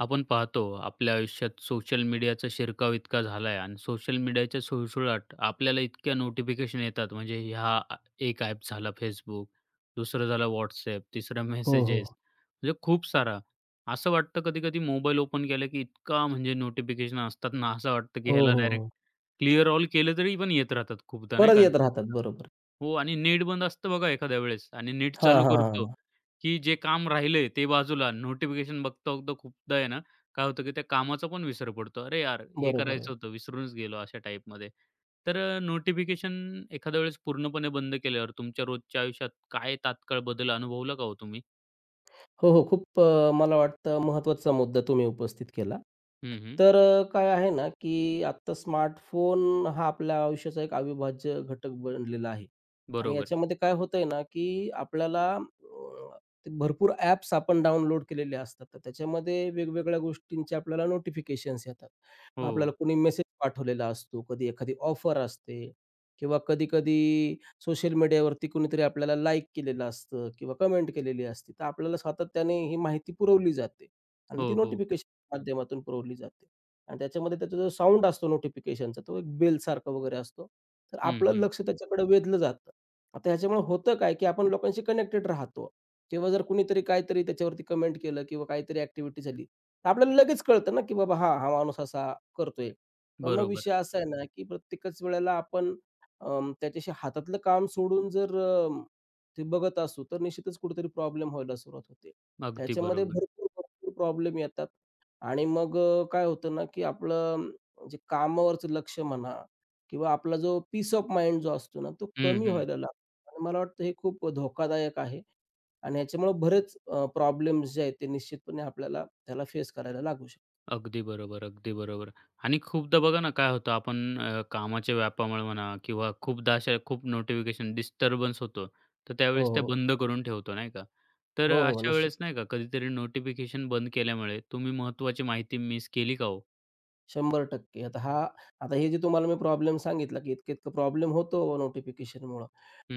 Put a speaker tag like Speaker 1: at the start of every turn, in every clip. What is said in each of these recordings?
Speaker 1: आपण पाहतो, आपल्या आयुष्यात सोशल मीडियाचा शिरकाव इतका झाला आहे आणि सोशल मीडियाच्या सुळसुळाट आपल्याला इतक्या नोटिफिकेशन येतात. म्हणजे ह्या आ- एक ॲप झाला फेसबुक, दुसरं झालं व्हॉट्सॲप, तिसरं
Speaker 2: हो,
Speaker 1: मेसेजेस.
Speaker 2: हो.
Speaker 1: म्हणजे खूप सारा. असं वाटतं कधी कधी मोबाईल ओपन केलं की इतका म्हणजे नोटिफिकेशन असतात ना. असं वाटतं की
Speaker 2: हो,
Speaker 1: ह्याला
Speaker 2: हो,
Speaker 1: डायरेक्ट
Speaker 2: हो.
Speaker 1: क्लिअर ऑल केलं तरी पण येत राहतात खूपदा, नाही
Speaker 2: परत
Speaker 1: का?
Speaker 2: येत राहतात. बरोबर.
Speaker 1: हो. आणि नेट बंद असतं बघा एखाद्या वेळेस, आणि नेट
Speaker 2: हां,
Speaker 1: चालू
Speaker 2: हां,
Speaker 1: करतो,
Speaker 2: हां.
Speaker 1: की जे काम राहिलंय ते बाजूला नोटिफिकेशन बघता-बघता खूपदा आहे ना, काय होतं की त्या कामाचा पण विसर पडतो. अरे यार! हे
Speaker 2: बरोबर आहे.
Speaker 1: करायचं होतं, विसरूनच गेलो, अशा टाईपमध्ये. तर नोटिफिकेशन एखाद्या वेळेस पूर्णपणे बंद केल्यावर तुमच्या रोजच्या आयुष्यात काय तात्काळ बदल अनुभवला का हो तुम्ही?
Speaker 2: हो, हो. खूप मला वाटतं महत्त्वाचा मुद्दा तुम्ही उपस्थित केला.
Speaker 1: हं, हं.
Speaker 2: तर काय आहे ना, की आत्ता स्मार्टफोन हा आपल्या आयुष्याचा एक अविभाज्य घटक बनलेला आहे. आणि
Speaker 1: बरोबर.
Speaker 2: याच्यामध्ये काय होतंय ना, की आपल्याला ते भरपूर ॲप्स आपण डाउनलोड केलेले असतात. तर त्याच्यामध्ये वेगवेगळ्या गोष्टींचे आपल्याला नोटिफिकेशन्स येतात. मग
Speaker 1: हो.
Speaker 2: आपल्याला कोणी मेसेज पाठवलेला असतो, कधी एखादी ऑफर असते किंवा कधी-कधी सोशल मीडियावरती कोणीतरी आपल्याला लाईक केलेलं असतं किंवा कमेंट केलेली असते. तर आपल्याला सातत्याने ही माहिती पुरवली जाते आणि ती
Speaker 1: हो, हो.
Speaker 2: नोटिफिकेशन माध्यमातून पुरवली जाते. आणि त्याच्यामध्ये त्याचा जो साउंड असतो नोटिफिकेशनचा तो एक बेलसारखा वगैरे असतो. तर
Speaker 1: हं,
Speaker 2: आपलं
Speaker 1: हं.
Speaker 2: लक्ष त्याच्याकडे वेधलं जातं. आता ह्याच्यामुळे होतं काय, की आपण लोकांशी कनेक्टेड राहतो किंवा जर कुणीतरी काहीतरी त्याच्यावरती कमेंट केलं किंवा काहीतरी ॲक्टिव्हिटी झाली, तर आपल्याला लगेच कळतं ना, की बाबा हां, हा माणूस असा करतोय. पण मग
Speaker 1: बरोबर.
Speaker 2: विषय असा आहे ना, की प्रत्येकच वेळेला आपण त्याच्याशी हातातलं काम सोडून जर ते बघत असू, तर निश्चितच कुठेतरी प्रॉब्लेम व्हायला सुरुवात होते.
Speaker 1: अगदी
Speaker 2: त्याच्यामध्ये
Speaker 1: बरोबर.
Speaker 2: भरपूर, भरपूर प्रॉब्लेम येतात आणि मग काय होतं ना, की आपलं जे कामावरचं लक्ष म्हणा किंवा आपला जो पीस ऑफ माइंड जो असतो ना, तो
Speaker 1: हं,
Speaker 2: कमी
Speaker 1: हं.
Speaker 2: व्हायला लागतो आणि मला वाटतं हे खूप धोकादायक आहे आणि ह्याच्यामुळे बरेच प्रॉब्लेम्स जे आहेत ते निश्चितपणे आपल्याला त्याला फेस करायला लागू शकतो.
Speaker 1: अगदी बरोबर, अगदी बरोबर. आणि खूपदा बघा ना, काय होतं आपण कामाच्या व्यापामुळे म्हणा किंवा खूपदा अशा खूप नोटिफिकेशन डिस्टर्बन्स होतो. तर
Speaker 2: हो,
Speaker 1: त्यावेळेस ते
Speaker 2: हो.
Speaker 1: बंद करून ठेवतो, नाही का? तर
Speaker 2: हो, हो.
Speaker 1: अशा
Speaker 2: निश्चित.
Speaker 1: वेळेस नाही का कधीतरी नोटिफिकेशन बंद केल्यामुळे तुम्ही महत्त्वाची माहिती मिस केली का हो?
Speaker 2: 100% आता हे जे तुम्हाला मी प्रॉब्लेम सांगितला, की इतकं-इतकं प्रॉब्लेम होतो नोटिफिकेशनमुळं.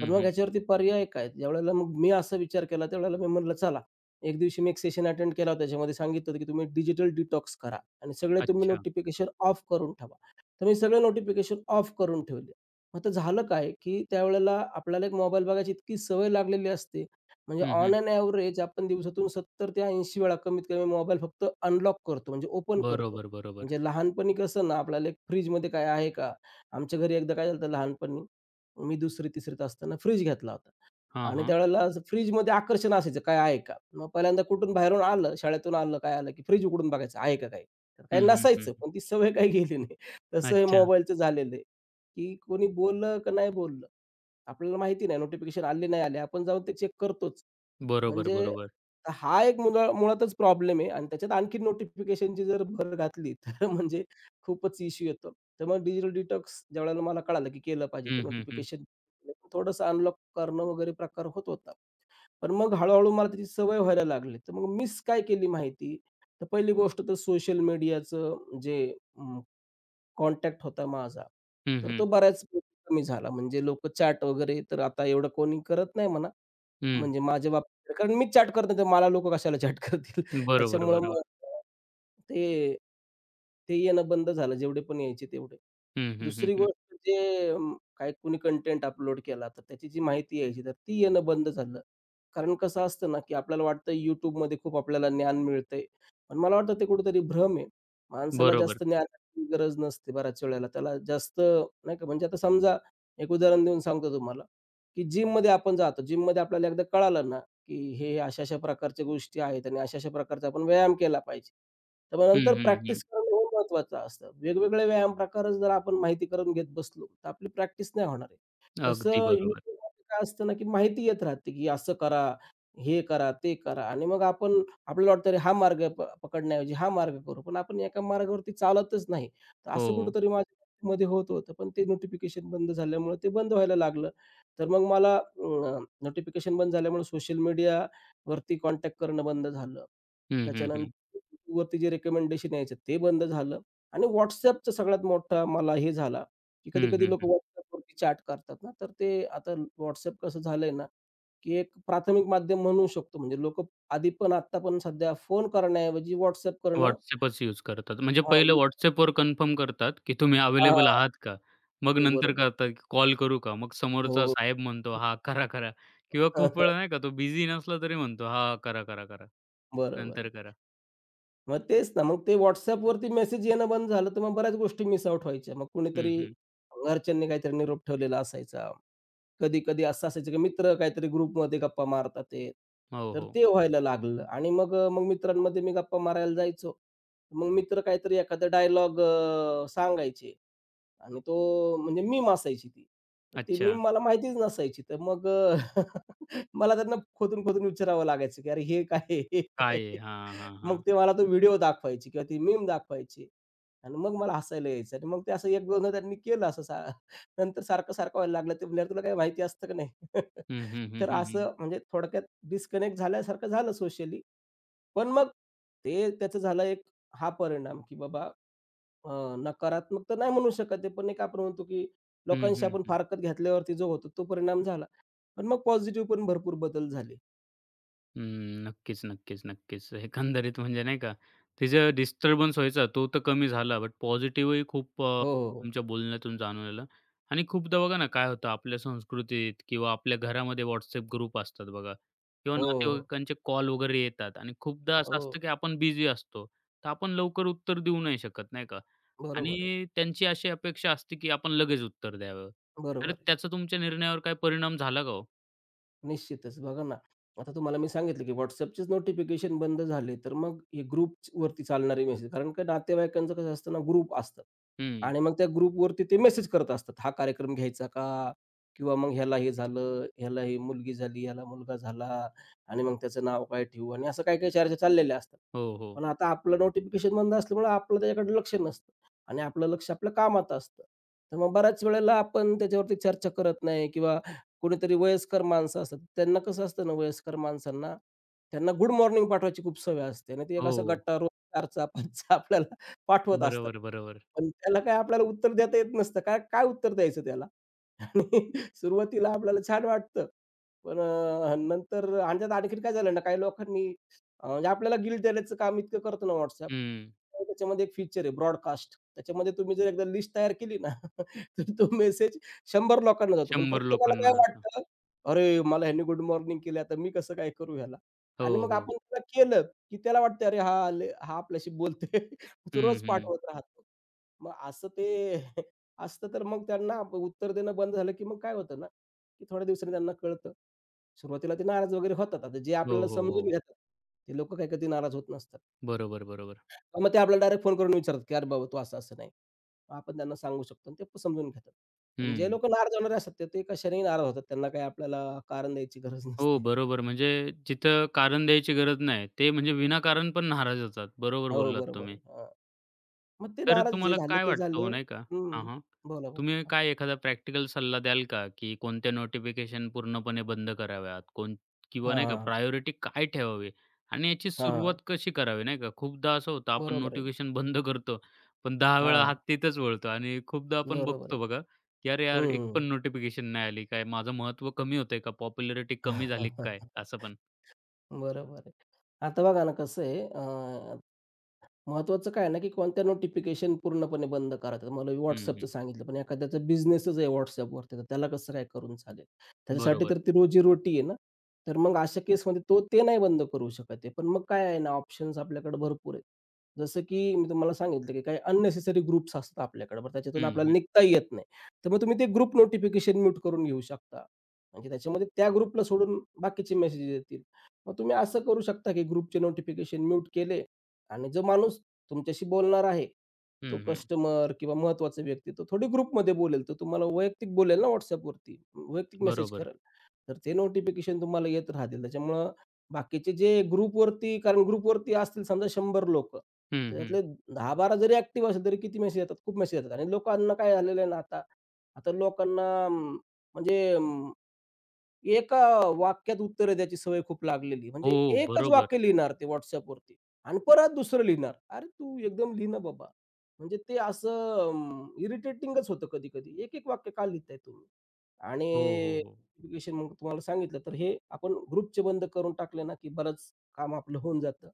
Speaker 2: पण मग
Speaker 1: हं.
Speaker 2: ह्याच्यावरती पर्याय काय? ज्यावेळेला मग मी असा विचार केला, त्यावेळेला मी म्हटलं चला, एक दिवशी मी एक सेशन अटेंड केला होता. त्याच्यामध्ये सांगितलं होतं, की तुम्ही डिजिटल डिटॉक्स करा आणि सगळे तुम्ही
Speaker 1: अच्छा.
Speaker 2: नोटिफिकेशन ऑफ करून ठेवा. तर मी सगळे नोटिफिकेशन ऑफ करून ठेवले. मग आता झालं काय, की त्यावेळेला आपल्याला एक मोबाईल बघायची इतकी सवय लागलेली असते. म्हणजे
Speaker 1: हं,
Speaker 2: ऑन
Speaker 1: हं.
Speaker 2: एन एव्हरेज आपण दिवसातून 70 ते 80 वेळा कमीत कमी मोबाईल फक्त अनलॉक करतो, म्हणजे ओपन करतो.
Speaker 1: बरोबर, बरोबर.
Speaker 2: म्हणजे लहानपणी कसं ना, आपल्याला एक फ्रिजमध्ये काय आहे का? आमच्या घरी एकदा काय झालं होतं लहानपणी, मी 2री-तिसरीत असताना फ्रिज घेतला होता
Speaker 1: हां,
Speaker 2: आणि
Speaker 1: हां.
Speaker 2: त्यावेळेला असं फ्रिजमध्ये आकर्षण असायचं, काय आहे का? मग पहिल्यांदा कुठून बाहेरून आलं, शाळेतून आलं, काय आलं, की फ्रिज उघडून बघायचं आहे का काही? तर काही
Speaker 1: हं, हं, हं.
Speaker 2: नसायचं, पण ती सवय काही गेली नाही. तसं हे
Speaker 1: अच्छा.
Speaker 2: मोबाईलचं झालेलं आहे, की कोणी बोललं का नाही बोललं आपल्याला माहिती नाही नोटिफिकेशन आले नाही आले. आपण जाऊन ते चेक करतोच.
Speaker 1: बरोबर,
Speaker 2: म्हणजे
Speaker 1: बरोबर.
Speaker 2: हा एक मुळातच प्रॉब्लेम आहे आणि त्याच्यात आणखी नोटिफिकेशनची जर भर घातली तर म्हणजे खूपच इश्यू येतो. तर मग डिजिटल डिटॉक्स ज्यावेळेला मला कळालं, की केलं पाहिजे तर
Speaker 1: हं, हं, हं.
Speaker 2: नोटिफिकेशन थोडंसं अनलॉक करणं वगैरे प्रकार होत होता. पण मग हळू मला त्याची सवय व्हायला लागली. तर मग मिस काय केली माहिती, तर पहिली गोष्ट तर सोशल मीडियाचं जे कॉन्टॅक्ट होता माझा.
Speaker 1: हं,
Speaker 2: तर तो
Speaker 1: हं.
Speaker 2: बऱ्याच कमी झाला. म्हणजे लोकं चॅट वगैरे तर आता एवढं कोणी करत नाही म्हणा.
Speaker 1: हं.
Speaker 2: म्हणजे माझ्या बाबतीत कारण मीच चॅट करत नाही तर मला लोकं कशाला चॅट करतील.
Speaker 1: बरोबर,
Speaker 2: त्याच्यामुळं मग
Speaker 1: बरोबर.
Speaker 2: ते ते येणं बंद झालं जेवढे पण यायचे तेवढे.
Speaker 1: हं, हं, हं,
Speaker 2: दुसरी
Speaker 1: हं.
Speaker 2: गोष्ट जे काही कुणी कंटेंट अपलोड केला, तर त्याची जी माहिती यायची, तर ती येणं बंद झालं. कारण कसं असतं ना, की आपल्याला वाटतं YouTubeमध्ये खूप आपल्याला ज्ञान मिळतंय. पण मला वाटतं ते कुठेतरी भ्रम आहे. माणसाला
Speaker 1: बरोबर.
Speaker 2: जास्त ज्ञानाची गरज नसते बऱ्याच वेळेला. त्याला जास्त नाही का म्हणजे आता समजा एक उदाहरण देऊन सांगतो तुम्हाला, की जिममध्ये आपण जातो. जिममध्ये आपल्याला एकदा कळालं ना की हे अशा-अशा प्रकारच्या गोष्टी आहेत आणि अशा-अशा प्रकारचा आपण व्यायाम केला पाहिजे. तर मग
Speaker 1: हं,
Speaker 2: नंतर
Speaker 1: हं, हं.
Speaker 2: प्रॅक्टिस करणं हे महत्त्वाचं असतं. वेगवेगळे व्यायाम प्रकार जर आपण माहिती करून घेत बसलो, तर आपली प्रॅक्टिस नाही होणार आहे. तसं
Speaker 1: अगदी बरोबर.
Speaker 2: YouTubeमध्ये काय असतं ना, की माहिती येत राहते, की असं करा, हे करा, ते करा आणि मग आपण आपल्याला वाटतं, अरे हा मार्ग पकडण्याऐवजी हा मार्ग करू. पण आपण एका मार्गावरती चालतच नाही. तर
Speaker 1: हो.
Speaker 2: असं कुठेतरी माझ्या मध्ये होत होतं, पण ते नोटिफिकेशन बंद झाल्यामुळे ते बंद व्हायला लागलं. तर मग मला नोटिफिकेशन बंद झाल्यामुळे सोशल मीडियावरती कॉन्टॅक्ट करणं बंद झालं.
Speaker 1: हं, हं, हं.
Speaker 2: त्याच्यानंतर YouTubeवरती जे रिकमेंडेशन यायचं ते बंद झालं आणि WhatsAppचा सगळ्यात मोठा मला हे झाला, की
Speaker 1: हं,
Speaker 2: कधी-कधी
Speaker 1: हं,
Speaker 2: लोकं
Speaker 1: हं.
Speaker 2: WhatsAppवरती चॅट करतात ना, तर ते आता WhatsApp कसं झालंय ना, की एक प्राथमिक माध्यम म्हणू शकतो. म्हणजे लोकं आधी पण आत्ता पण सध्या फोन करण्याऐवजी WhatsApp करणं
Speaker 1: WhatsAppच यूज करतात. म्हणजे पहिलं
Speaker 2: हां,
Speaker 1: WhatsAppवर कन्फर्म करतात, की तुम्ही अवेलेबल
Speaker 2: हां,
Speaker 1: आहात का? मग नंतर
Speaker 2: बरोबर.
Speaker 1: करतात, की कॉल करू का? मग समोरचा
Speaker 2: हो.
Speaker 1: साहेब म्हणतो, "हां, करा, करा." किंवा खूप वेळा नाही का, तो बिझी नसला तरी म्हणतो, "हां, करा, करा, करा.
Speaker 2: बरोबर
Speaker 1: नंतर करा."
Speaker 2: मग तेच ना, मग ते WhatsAppवरती मेसेज येणं बंद झालं, तर मग बऱ्याच गोष्टी मिस आउट व्हायच्या. मग
Speaker 1: हं,
Speaker 2: कुणीतरी
Speaker 1: हं.
Speaker 2: घरच्यांनी काहीतरी निरोप ठेवलेला असायचा. कधी-कधी असं असायचं, की मित्र काहीतरी ग्रुपमध्ये गप्पा मारतात आहेत.
Speaker 1: हो,
Speaker 2: तर
Speaker 1: हो.
Speaker 2: ते व्हायला लागलं आणि मग मग मित्रांमध्ये मी गप्पा मारायला जायचो. मग मित्र काहीतरी एखादा डायलॉग सांगायचे. आणि तो म्हणजे मीम असायची ती. ती
Speaker 1: अच्छा.
Speaker 2: मीम मला माहितीच नसायची. तर मग मला त्यांना खोदून, खोदून विचारावं लागायचं, की "अरे हे काय आहे? हे काय
Speaker 1: काय आहे?
Speaker 2: आहे?"
Speaker 1: हां, हां, हां.
Speaker 2: मग ते मला तो व्हिडिओ दाखवायचे किंवा ती मीम दाखवायची आणि मग मला हसायला यायचं आणि मग ते असं 1-2दा त्यांनी केलं असं सा नंतर सारखं-सारखं व्हायला लागलं. ते म्हणल्यावर "तुला काही माहिती असतं का नाही?"
Speaker 1: हं, हं, हं,
Speaker 2: तर
Speaker 1: हं, हं.
Speaker 2: असं म्हणजे थोडक्यात डिस्कनेक्ट झाल्यासारखं झालं सोशली. पण मग ते त्याचं झालं एक हा परिणाम, की बाबा नकारात्मक तर नाही म्हणू शकत आहे, पण एक आपण म्हणतो की
Speaker 1: हं,
Speaker 2: लोकांशी
Speaker 1: हं,
Speaker 2: आपण
Speaker 1: हं.
Speaker 2: फारकत घेतल्यावरती जो होतो तो परिणाम झाला. पण मग पॉझिटिव्ह पण भरपूर बदल झाले.
Speaker 1: हम्म, नक्कीच, नक्कीच, नक्कीच. एकंदरीत म्हणजे नाही का, तिचा डिस्टर्बन्स व्हायचा तो तर कमी झाला, बट पॉझिटिव्हही खूप
Speaker 2: हो, हो, हो.
Speaker 1: तुमच्या बोलण्यातून जाणवलेलं. आणि खूपदा बघा ना, काय होतं आपल्या संस्कृतीत किंवा आपल्या घरामध्ये WhatsApp ग्रुप असतात बघा किंवा
Speaker 2: हो,
Speaker 1: नातेवाईकांचे कॉल वगैरे येतात, आणि खूपदा
Speaker 2: हो.
Speaker 1: असं असतं,
Speaker 2: हो.
Speaker 1: की आपण बिझी असतो. तर आपण लवकर उत्तर देऊ नाही शकत, नाही का?
Speaker 2: बरोबर आहे.
Speaker 1: आणि त्यांची अशी अपेक्षा असते, की आपण लगेच उत्तर द्यावं. तर
Speaker 2: बरोबर आहे.
Speaker 1: त्याचा तुमच्या निर्णयावर काय परिणाम झाला का हो?
Speaker 2: निश्चितच. बघा ना, आता तुम्हाला मी सांगितलं, की WhatsAppचेच नोटिफिकेशन बंद झाले, तर मग हे ग्रुपवरती चालणारे मेसेज कारण का नातेवाईकांचं कसं असतं ना, ग्रुप असतात
Speaker 1: हं.
Speaker 2: आणि मग त्या ग्रुपवरती ते मेसेज करत असतात. हा कार्यक्रम घ्यायचा का? किंवा मग ह्याला हे झालं, ह्याला ही मुलगी झाली, ह्याला मुलगा झाला आणि मग त्याचं नाव काय ठेवू आणि असं काही काही चर्चा चाललेल्या असतात.
Speaker 1: हो, हो.
Speaker 2: पण आता आपलं नोटिफिकेशन बंद असल्यामुळे आपलं त्याच्याकडे लक्ष नसतं आणि आपलं लक्ष आपल्या कामात असतं. तर मग बऱ्याच वेळेला आपण त्याच्यावरती चर्चा करत नाही किंवा कोणीतरी वयस्कर माणसं असतात. त्यांना कसं असतं ना, वयस्कर माणसांना, त्यांना गुड मॉर्निंग पाठवायची खूप सवय असते आणि ते एक असा
Speaker 1: हो.
Speaker 2: गट्टा रोज 4चा, 5चा आपल्याला पाठवत असतात.
Speaker 1: बरोबर, बरोबर.
Speaker 2: पण त्याला काय आपल्याला उत्तर देता येत नसतं. काय काय उत्तर द्यायचं त्याला? आणि सुरुवातीला आपल्याला छान वाटतं. पण नंतर आणि त्यात आणखीन काय झालं ना, काही लोकांनी म्हणजे आपल्याला गिल्ट देण्याचं काम इतकं करतं ना WhatsApp.
Speaker 1: हं.
Speaker 2: तर त्याच्यामध्ये एक फीचर आहे ब्रॉडकास्ट. त्याच्यामध्ये तुम्ही जर एकदा लिस्ट तयार केली ना, तर तो मेसेज 100 लोकांना जातो. पण
Speaker 1: 100
Speaker 2: प्रत्येकाला काय
Speaker 1: लोकांना जातं.
Speaker 2: वाटतं, "अरे, मला ह्यांनी गुड मॉर्निंग केली, आता मी कसं काय करू ह्याला?" आणि
Speaker 1: हो,
Speaker 2: मग
Speaker 1: हो.
Speaker 2: आपण त्याला केलं, की त्याला वाटतं, "अरे, हा आपल्याशी बोलतोय." तो
Speaker 1: हं,
Speaker 2: रोज
Speaker 1: हं.
Speaker 2: पाठवत राहतो. मग असं ते असतं तर मग त्यांना उत्तर देणं बंद झालं, की मग काय होतं ना, की थोड्या दिवसांनी त्यांना कळतं. सुरुवातीला ते नाराज वगैरे होतात. आता जे
Speaker 1: हो,
Speaker 2: आपल्याला
Speaker 1: हो,
Speaker 2: समजून
Speaker 1: हो.
Speaker 2: घेतात, ते लोकं काही कधी नाराज होत नसतात.
Speaker 1: बरोबर, बरोबर.
Speaker 2: मग ते आपल्याला डायरेक्ट फोन करून विचारतात, की "अरे बाबा तू असं-असं नाही." मग आपण त्यांना सांगू शकतो आणि ते पण समजून घेतात. पण जे
Speaker 1: हं.
Speaker 2: लोकं नाराज होणारे असतात, ते ते कशानेही नाराज होतात. त्यांना काही आपल्याला कारण द्यायची गरज
Speaker 1: हो,
Speaker 2: नसते.
Speaker 1: बरोबर. म्हणजे जिथं कारण द्यायची गरज नाही, ते म्हणजे विनाकारण पण नाराज होतात. बरोबर
Speaker 2: हो,
Speaker 1: बोललात
Speaker 2: बरोबर
Speaker 1: तुम्ही.
Speaker 2: आहे. हां. मग ते
Speaker 1: तर
Speaker 2: नाराज जे
Speaker 1: तुम्हाला
Speaker 2: झाले
Speaker 1: काय
Speaker 2: ते
Speaker 1: वाटतं हो,
Speaker 2: झाले.
Speaker 1: नाही का? हां,
Speaker 2: हं.
Speaker 1: हां.
Speaker 2: बोला,
Speaker 1: तुम्ही
Speaker 2: बोला.
Speaker 1: काय एखादा प्रॅक्टिकल सल्ला द्याल का, की कोणत्या नोटिफिकेशन पूर्णपणे बंद कराव्यात? कोण
Speaker 2: हां,
Speaker 1: किंवा नाही का
Speaker 2: हां.
Speaker 1: प्रायोरिटी काय ठेवावी? आणि याची सुरुवात
Speaker 2: हां.
Speaker 1: कशी करावी, नाही का? खूपदा असं होतं आपण
Speaker 2: बरोबर आहे.
Speaker 1: नोटिफिकेशन बंद करतो, पण 10 वेळा हात
Speaker 2: हां.
Speaker 1: तिथंच वळतो आणि खूपदा आपण
Speaker 2: बरोबर आहे.
Speaker 1: बघतो बघा, की "अरे यार, एक पण
Speaker 2: हं.
Speaker 1: नोटिफिकेशन नाही आली. काय माझं महत्त्व कमी होतंय का? पॉप्युलॅरिटी कमी झाली का काय?" असं पण.
Speaker 2: बरोबर आहे. आता बघा ना कसं आहे महत्त्वाचं काय आहे ना, की कोणत्या नोटिफिकेशन पूर्णपणे बंद करतात. मला
Speaker 1: हं, हं.
Speaker 2: WhatsAppचं सांगितलं, पण एखाद्याचा बिझनेसच आहे WhatsAppवरती, तर त्याला कसं काय करून चालेल? त्याच्यासाठी
Speaker 1: बरोबर.
Speaker 2: तर ती रोजी-रोटी आहे ना. तर मग अशा केसमध्ये तो ते नाही बंद करू शकत आहे. पण मग काय आहे ना, ऑप्शन्स आपल्याकडे भरपूर आहेत. जसं की मी तुम्हाला सांगितलं, की काही अननेसेसरी ग्रुप्स असतात आपल्याकडे, बरं त्याच्यातून
Speaker 1: हं,
Speaker 2: आपल्याला
Speaker 1: हं.
Speaker 2: निघता येत नाही. तर मग तुम्ही ते ग्रुप नोटिफिकेशन म्यूट करून घेऊ शकता. म्हणजे त्याच्यामध्ये त्या ग्रुपला सोडून बाकीचे मेसेजेस येतील. मग तुम्ही असं करू शकता, की ग्रुपचे नोटिफिकेशन म्यूट केले आणि जो माणूस तुमच्याशी बोलणार आहे, तो
Speaker 1: हं, हं.
Speaker 2: कस्टमर किंवा महत्त्वाचा व्यक्ती, तो थोडी ग्रुपमध्ये बोलेल. तो तुम्हाला वैयक्तिक बोलेल ना WhatsAppवरती, वैयक्तिक मेसेज
Speaker 1: बरोबर.
Speaker 2: करेल. तर ते नोटिफिकेशन तुम्हाला येत राहतील. त्याच्यामुळं बाकीचे जे ग्रुपवरती कारण ग्रुपवरती असतील समजा 100 लोकं,
Speaker 1: हं, हं.
Speaker 2: त्याच्यातले 10-12 जरी ॲक्टिव्ह असेल, तरी किती मेसेज येतात? खूप मेसेज येतात आणि लोकांना काय झालेलं आहे ना आता, आता लोकांना म्हणजे एका वाक्यात उत्तरं द्यायची सवय खूप लागलेली. म्हणजे
Speaker 1: हो,
Speaker 2: एकच
Speaker 1: बरोबर.
Speaker 2: वाक्य लिहिणार ते WhatsAppवरती आणि परत दुसरं लिहिणार. "अरे तू एकदम लिही ना बाबा." म्हणजे ते असं इरिटेटिंगच होतं कधी-कधी. एक-एक वाक्य का लिहिताय तुम्ही? आणि
Speaker 1: हो, हो, हो.
Speaker 2: नोटिफिकेशन मग तुम्हाला सांगितलं, तर हे आपण ग्रुपचे बंद करून टाकले ना, की बरंच काम आपलं होऊन जातं.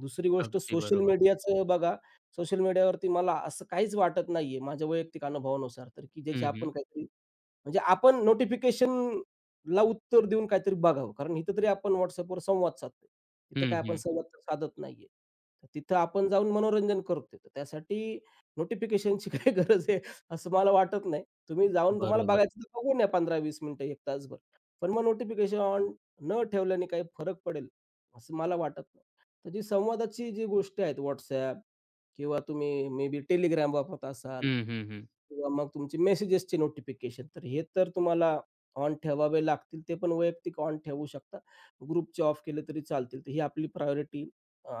Speaker 2: दुसरी गोष्ट
Speaker 1: अगदी
Speaker 2: सोशल
Speaker 1: बरोबर.
Speaker 2: मीडियाचं बघा, सोशल मीडियावरती मला असं काहीच वाटत नाहीये माझ्या वैयक्तिक अनुभवानुसार तर, की ज्याची
Speaker 1: हं, हं.
Speaker 2: आपण काहीतरी म्हणजे आपण नोटिफिकेशनला उत्तर देऊन काहीतरी बघावं. कारण इथं तरी आपण WhatsAppवर संवाद साधतोय. तिथं
Speaker 1: हं,
Speaker 2: काय आपण
Speaker 1: हं.
Speaker 2: संवाद तर साधत नाहीये. तर तिथं आपण जाऊन मनोरंजन करतोय. तर त्यासाठी नोटिफिकेशनची काही गरज आहे असं मला वाटत नाही. तुम्ही जाऊन तुम्हाला
Speaker 1: बरोबर.
Speaker 2: बघायचं तर बघून या 15-20 मिनिटं, 1 तासभर. पण मग नोटिफिकेशन ऑन न ठेवल्याने काही फरक पडेल, असं मला वाटत नाही. तर जी संवादाची जी गोष्टी आहेत WhatsApp किंवा तुम्ही मे बी Telegram वापरत असाल
Speaker 1: हं, हं, हं.
Speaker 2: किंवा मग तुमचे मेसेजेसचे नोटिफिकेशन, तर हे तर तुम्हाला ऑन ठेवावे लागतील. ते पण वैयक्तिक ऑन ठेवू शकता. ग्रुपचे ऑफ केले तरी चालतील. तर ही आपली प्रायोरिटी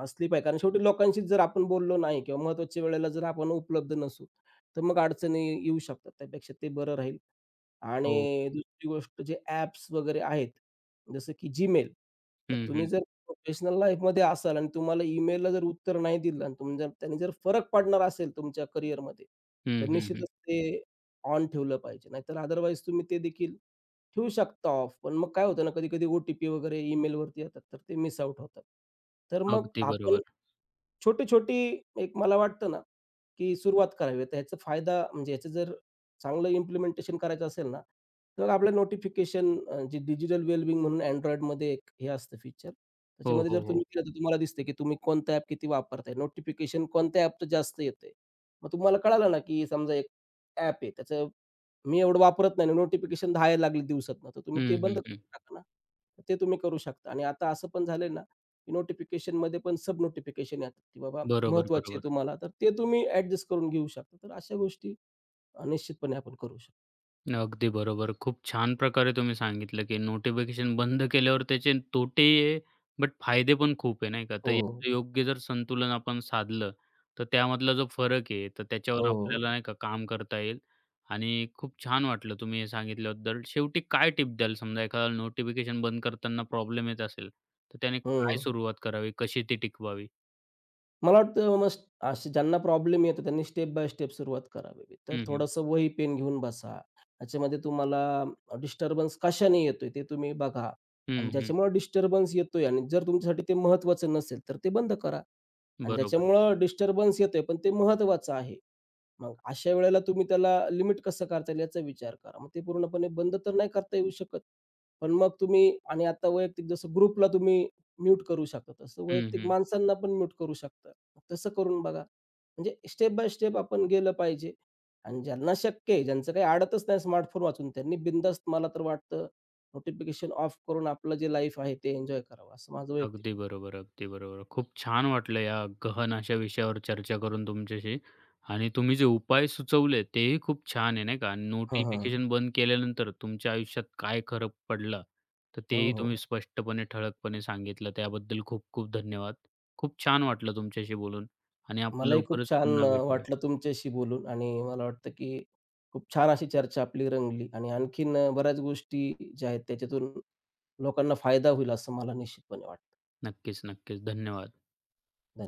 Speaker 2: असली पाहिजे. कारण शेवटी लोकांशी जर आपण बोललो नाही किंवा महत्त्वाच्या वेळेला जर आपण उपलब्ध नसू, तर मग अडचणी येऊ शकतात. त्यापेक्षा ते बरं राहील
Speaker 1: हो.
Speaker 2: आणि दुसरी गोष्ट जे ॲप्स वगैरे आहेत, जसं की Gmail. तर
Speaker 1: हं,
Speaker 2: तुम्ही
Speaker 1: हं.
Speaker 2: जर प्रोफेशनल लाईफमध्ये असाल आणि तुम्हाला ईमेलला जर उत्तर नाही दिलं आणि तुम्ही जर त्याने जर फरक पडणार असेल तुमच्या करिअरमध्ये, तर
Speaker 1: हं, हं, हं.
Speaker 2: निश्चितच ते ऑन ठेवलं पाहिजे. नाहीतर अदरवाईज तुम्ही ते देखील ठेवू शकता ऑफ. पण मग काय होतं ना, कधी-कधी ओ-टी-पी वगैरे ईमेलवरती येतात, तर ते मिस आउट होतात. तर मग
Speaker 1: अगदी
Speaker 2: आपण
Speaker 1: बरोबर.
Speaker 2: छोटी-छोटी एक मला वाटतं ना, की सुरुवात करावी. तर ह्याचा फायदा म्हणजे ह्याचं जर चांगलं इम्प्लिमेंटेशन करायचं असेल ना, तर आपलं नोटिफिकेशन जे डिजिटल वेलबिंग म्हणून Androidमध्ये एक हे असतं फीचर.
Speaker 1: हो,
Speaker 2: त्याच्यामध्ये जर
Speaker 1: हो, हो.
Speaker 2: तुम्ही केलं तर तुम्हाला दिसते, की तुम्ही कोणतं ॲप किती वापरताय. नोटिफिकेशन कोणत्या ॲपचं जास्त येतंय. मग तुम्हाला कळालं ना, की समजा एक ॲप आहे, त्याचं मी एवढं वापरत नाही, नोटिफिकेशन 10 यायला लागली दिवसातनं, तर तुम्ही ते
Speaker 1: हं,
Speaker 2: बंद
Speaker 1: हं, हं.
Speaker 2: करून टाका ना. तर ते तुम्ही करू शकता आणि आता असं पण झालंय ना नोटिफिकेशनमध्ये पण सब नोटिफिकेशन येतात, की बाबा
Speaker 1: बरोबर,
Speaker 2: महत्त्वाची आहे
Speaker 1: बरोबर.
Speaker 2: तुम्हाला. तर ते तुम्ही ॲडजस्ट करून घेऊ शकता. तर अशा गोष्टी निश्चितपणे आपण करू शकतो.
Speaker 1: अगदी बरोबर. खूप छान प्रकारे तुम्ही सांगितलं, की नोटिफिकेशन बंद केल्यावर त्याचे तोटे आहे, बट फायदे पण खूप आहे, नाही का? तर
Speaker 2: हो, हो.
Speaker 1: याचं योग्य जर संतुलन आपण साधलं, तर त्यामधला जो फरक आहे, तर
Speaker 2: हो,
Speaker 1: त्याच्यावर
Speaker 2: हो.
Speaker 1: आपल्याला नाही का काम करता येईल. आणि खूप छान वाटलं तुम्ही हे सांगितल्याबद्दल. शेवटी काय टिप द्याल? समजा एखादा नोटिफिकेशन बंद करताना प्रॉब्लेम येत असेल, तर त्याने काय
Speaker 2: हं.
Speaker 1: सुरुवात करावी? कशी ती टिकवावी?
Speaker 2: मला वाटतं मग असे ज्यांना प्रॉब्लेम येतो त्यांनी स्टेप बाय स्टेप सुरुवात करावी. तर
Speaker 1: हं, हं.
Speaker 2: थोडंसं वही, पेन घेऊन बसा. त्याच्यामध्ये तुम्हाला डिस्टर्बन्स कशाने येतोय ते तुम्ही बघा आणि
Speaker 1: हं, हं.
Speaker 2: ज्याच्यामुळं डिस्टर्बन्स येतोय आणि जर तुमच्यासाठी ते महत्त्वाचं नसेल, तर ते बंद करा आणि
Speaker 1: बरोबर.
Speaker 2: ज्याच्यामुळं डिस्टर्बन्स येतोय, पण ते महत्त्वाचं आहे. मग अशा वेळेला तुम्ही त्याला लिमिट कसं करता येईल याचा विचार करा. मग ते पूर्णपणे बंद तर नाही करता येऊ शकत. पण मग तुम्ही आणि आता वैयक्तिक जसं ग्रुपला तुम्ही म्यूट करू शकता, तसं
Speaker 1: हं,
Speaker 2: वैयक्तिक
Speaker 1: हं.
Speaker 2: माणसांना पण म्यूट करू शकता. तसं करून बघा. म्हणजे स्टेप बाय स्टेप आपण गेलं पाहिजे आणि ज्यांना शक्य आहे, ज्यांचं काही अडतच नाही स्मार्टफोन वाचून, त्यांनी बिनधास्त मला तर वाटतं नोटिफिकेशन ऑफ करून आपलं जे लाईफ आहे ते एन्जॉय करावं, असं माझं वैयक्तिक
Speaker 1: अगदी
Speaker 2: मत आहे.
Speaker 1: बरोबर, अगदी बरोबर. खूप छान वाटलं या गहन अशा विषयावर चर्चा करून तुमच्याशी, आणि तुम्ही जे उपाय सुचवले तेही खूप छान आहे, नाही का?
Speaker 2: हां, हां.
Speaker 1: नोटिफिकेशन बंद केल्यानंतर तुमच्या आयुष्यात काय फरक पडला, तर
Speaker 2: हो,
Speaker 1: तेही तुम्ही
Speaker 2: हो.
Speaker 1: स्पष्टपणे, ठळकपणे सांगितलं. त्याबद्दल खूप खूप धन्यवाद. खूप छान वाटलं तुमच्याशी बोलून, आणि आपण
Speaker 2: मलाही खूप
Speaker 1: लवकरच
Speaker 2: छान
Speaker 1: पुन्हा भेटूया.
Speaker 2: वाटलं तुमच्याशी बोलून आणि मला वाटतं की खूप छान अशी चर्चा आपली रंगली आणि आणखीन बऱ्याच गोष्टी ज्या आहेत त्याच्यातून लोकांना फायदा होईल असं मला निश्चितपणे वाटतं.
Speaker 1: नक्कीच, नक्कीच. धन्यवाद.
Speaker 2: धन्यवाद.